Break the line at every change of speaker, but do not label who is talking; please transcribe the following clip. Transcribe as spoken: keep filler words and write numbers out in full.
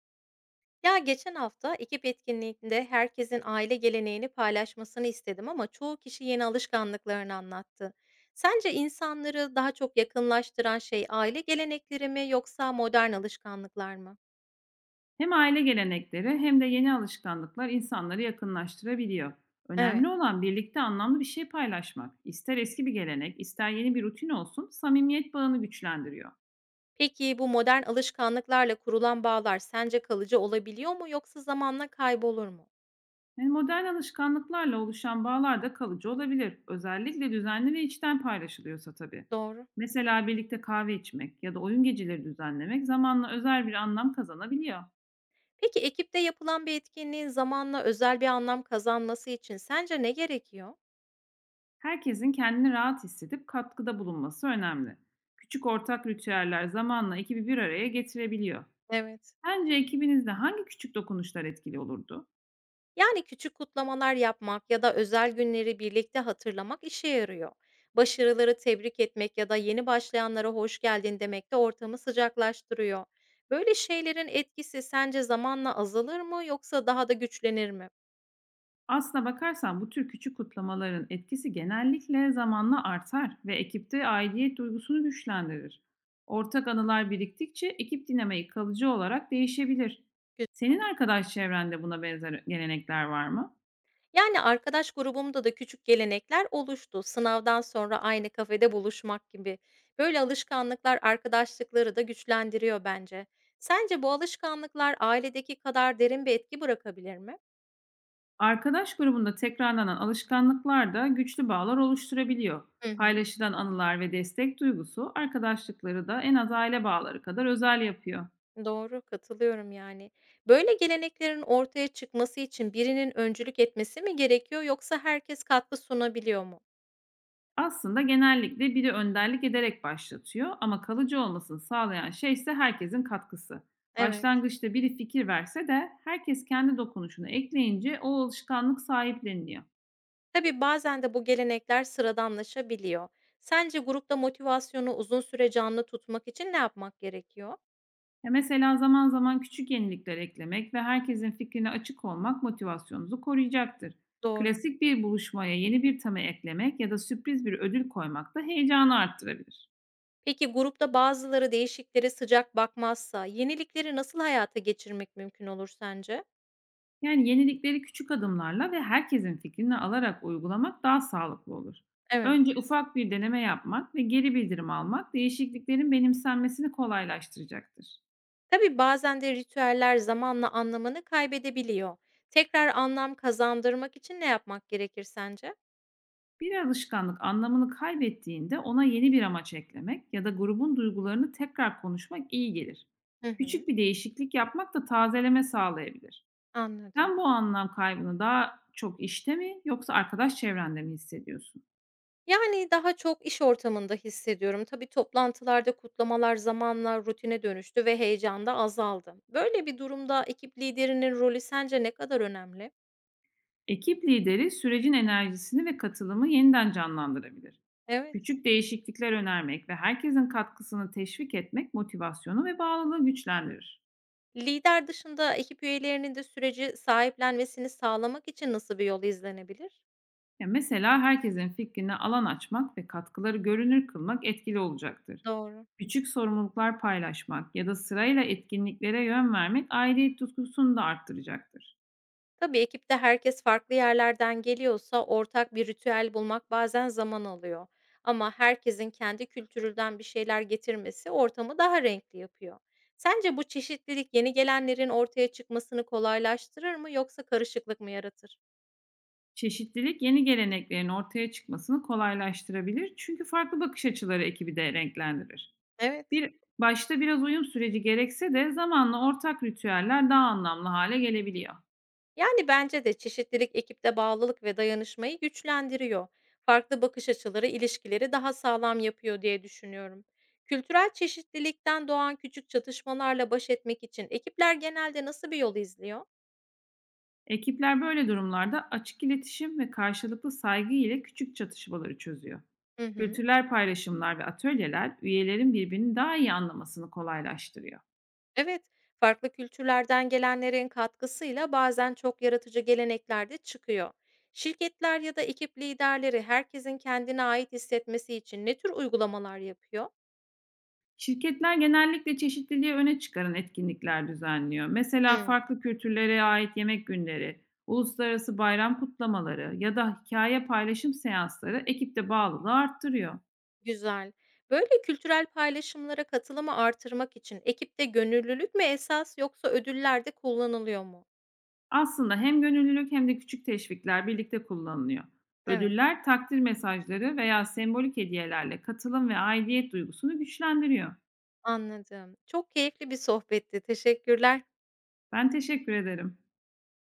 Ya geçen hafta ekip etkinliğinde herkesin aile geleneğini paylaşmasını istedim ama çoğu kişi yeni alışkanlıklarını anlattı. Sence insanları daha çok yakınlaştıran şey aile gelenekleri mi yoksa modern alışkanlıklar mı?
Hem aile gelenekleri hem de yeni alışkanlıklar insanları yakınlaştırabiliyor. Önemli
Evet.
olan birlikte anlamlı bir şey paylaşmak. İster eski bir gelenek, ister yeni bir rutin olsun, samimiyet bağını güçlendiriyor.
Peki bu modern alışkanlıklarla kurulan bağlar sence kalıcı olabiliyor mu yoksa zamanla kaybolur mu?
Yani modern alışkanlıklarla oluşan bağlar da kalıcı olabilir. Özellikle düzenli ve içten paylaşılıyorsa tabii.
Doğru.
Mesela birlikte kahve içmek ya da oyun geceleri düzenlemek zamanla özel bir anlam kazanabiliyor.
Peki ekipte yapılan bir etkinliğin zamanla özel bir anlam kazanması için sence ne gerekiyor?
Herkesin kendini rahat hissedip katkıda bulunması önemli. Küçük ortak ritüeller zamanla ekibi bir araya getirebiliyor.
Evet.
Sence ekibinizde hangi küçük dokunuşlar etkili olurdu?
Yani küçük kutlamalar yapmak ya da özel günleri birlikte hatırlamak işe yarıyor. Başarıları tebrik etmek ya da yeni başlayanlara hoş geldin demek de ortamı sıcaklaştırıyor. Böyle şeylerin etkisi sence zamanla azalır mı yoksa daha da güçlenir mi?
Aslına bakarsan bu tür küçük kutlamaların etkisi genellikle zamanla artar ve ekipte aidiyet duygusunu güçlendirir. Ortak anılar biriktikçe ekip dinamiği kalıcı olarak değişebilir. Senin
Güzel.
arkadaş çevrende buna benzer gelenekler var mı?
Yani arkadaş grubumda da küçük gelenekler oluştu. Sınavdan sonra aynı kafede buluşmak gibi. Böyle alışkanlıklar arkadaşlıkları da güçlendiriyor bence. Sence bu alışkanlıklar ailedeki kadar derin bir etki bırakabilir mi?
Arkadaş grubunda tekrarlanan alışkanlıklar da güçlü bağlar oluşturabiliyor.
Hı hı.
Paylaşılan anılar ve destek duygusu arkadaşlıkları da en az aile bağları kadar özel yapıyor.
Doğru, katılıyorum yani. Böyle geleneklerin ortaya çıkması için birinin öncülük etmesi mi gerekiyor yoksa herkes katkı sunabiliyor mu?
Aslında genellikle biri önderlik ederek başlatıyor, ama kalıcı olmasını sağlayan şey ise herkesin katkısı.
Evet.
Başlangıçta biri fikir verse de herkes kendi dokunuşunu ekleyince o alışkanlık sahipleniliyor.
Tabii bazen de bu gelenekler sıradanlaşabiliyor. Sence grupta motivasyonu uzun süre canlı tutmak için ne yapmak gerekiyor?
Ya, mesela zaman zaman küçük yenilikler eklemek ve herkesin fikrine açık olmak motivasyonunuzu koruyacaktır.
Doğru.
Klasik bir buluşmaya yeni bir tema eklemek ya da sürpriz bir ödül koymak da heyecanı arttırabilir.
Peki grupta bazıları değişikleri sıcak bakmazsa yenilikleri nasıl hayata geçirmek mümkün olur sence?
Yani yenilikleri küçük adımlarla ve herkesin fikrini alarak uygulamak daha sağlıklı olur.
Evet.
Önce ufak bir deneme yapmak ve geri bildirim almak değişikliklerin benimsenmesini kolaylaştıracaktır.
Tabii bazen de ritüeller zamanla anlamını kaybedebiliyor. Tekrar anlam kazandırmak için ne yapmak gerekir sence?
Bir alışkanlık anlamını kaybettiğinde ona yeni bir amaç eklemek ya da grubun duygularını tekrar konuşmak iyi gelir.
Hı hı,
Küçük bir değişiklik yapmak da tazeleme sağlayabilir.
anladım.
Sen bu anlam kaybını daha çok işte mi yoksa arkadaş çevrende mi hissediyorsun?
Yani daha çok iş ortamında hissediyorum. Tabii toplantılarda kutlamalar zamanla rutine dönüştü ve heyecan da azaldı. Böyle bir durumda ekip liderinin rolü sence ne kadar önemli?
Ekip lideri sürecin enerjisini ve katılımı yeniden canlandırabilir.
Evet.
Küçük değişiklikler önermek ve herkesin katkısını teşvik etmek motivasyonu ve bağlılığı güçlendirir.
Lider dışında ekip üyelerinin de süreci sahiplenmesini sağlamak için nasıl bir yol izlenebilir?
Ya, mesela herkesin fikrine alan açmak ve katkıları görünür kılmak etkili olacaktır.
Doğru.
Küçük sorumluluklar paylaşmak ya da sırayla etkinliklere yön vermek aidiyet tutkusunu da arttıracaktır.
Tabii ekipte herkes farklı yerlerden geliyorsa ortak bir ritüel bulmak bazen zaman alıyor. Ama herkesin kendi kültüründen bir şeyler getirmesi ortamı daha renkli yapıyor. Sence bu çeşitlilik yeni gelenlerin ortaya çıkmasını kolaylaştırır mı yoksa karışıklık mı yaratır?
Çeşitlilik yeni geleneklerin ortaya çıkmasını kolaylaştırabilir, çünkü farklı bakış açıları ekibi de renklendirir.
Evet.
Bir Başta biraz uyum süreci gerekse de zamanla ortak ritüeller daha anlamlı hale gelebiliyor.
Yani bence de çeşitlilik ekipte bağlılık ve dayanışmayı güçlendiriyor. Farklı bakış açıları ilişkileri daha sağlam yapıyor diye düşünüyorum. Kültürel çeşitlilikten doğan küçük çatışmalarla baş etmek için ekipler genelde nasıl bir yol izliyor?
Ekipler böyle durumlarda açık iletişim ve karşılıklı saygı ile küçük çatışmaları çözüyor.
Hı hı.
Kültürler paylaşımlar ve atölyeler üyelerin birbirini daha iyi anlamasını kolaylaştırıyor.
Evet, farklı kültürlerden gelenlerin katkısıyla bazen çok yaratıcı gelenekler de çıkıyor. Şirketler ya da ekip liderleri herkesin kendine ait hissetmesi için ne tür uygulamalar yapıyor?
Şirketler genellikle çeşitliliği öne çıkaran etkinlikler düzenliyor. Mesela
Hı.
farklı kültürlere ait yemek günleri, uluslararası bayram kutlamaları ya da hikaye paylaşım seansları ekipte bağlılığı arttırıyor.
Güzel. Böyle kültürel paylaşımlara katılımı artırmak için ekipte gönüllülük mü esas yoksa ödüller de kullanılıyor mu?
Aslında hem gönüllülük hem de küçük teşvikler birlikte kullanılıyor.
Evet.
Ödüller, takdir mesajları veya sembolik hediyelerle katılım ve aidiyet duygusunu güçlendiriyor.
Anladım. Çok keyifli bir sohbetti. Teşekkürler.
Ben teşekkür ederim.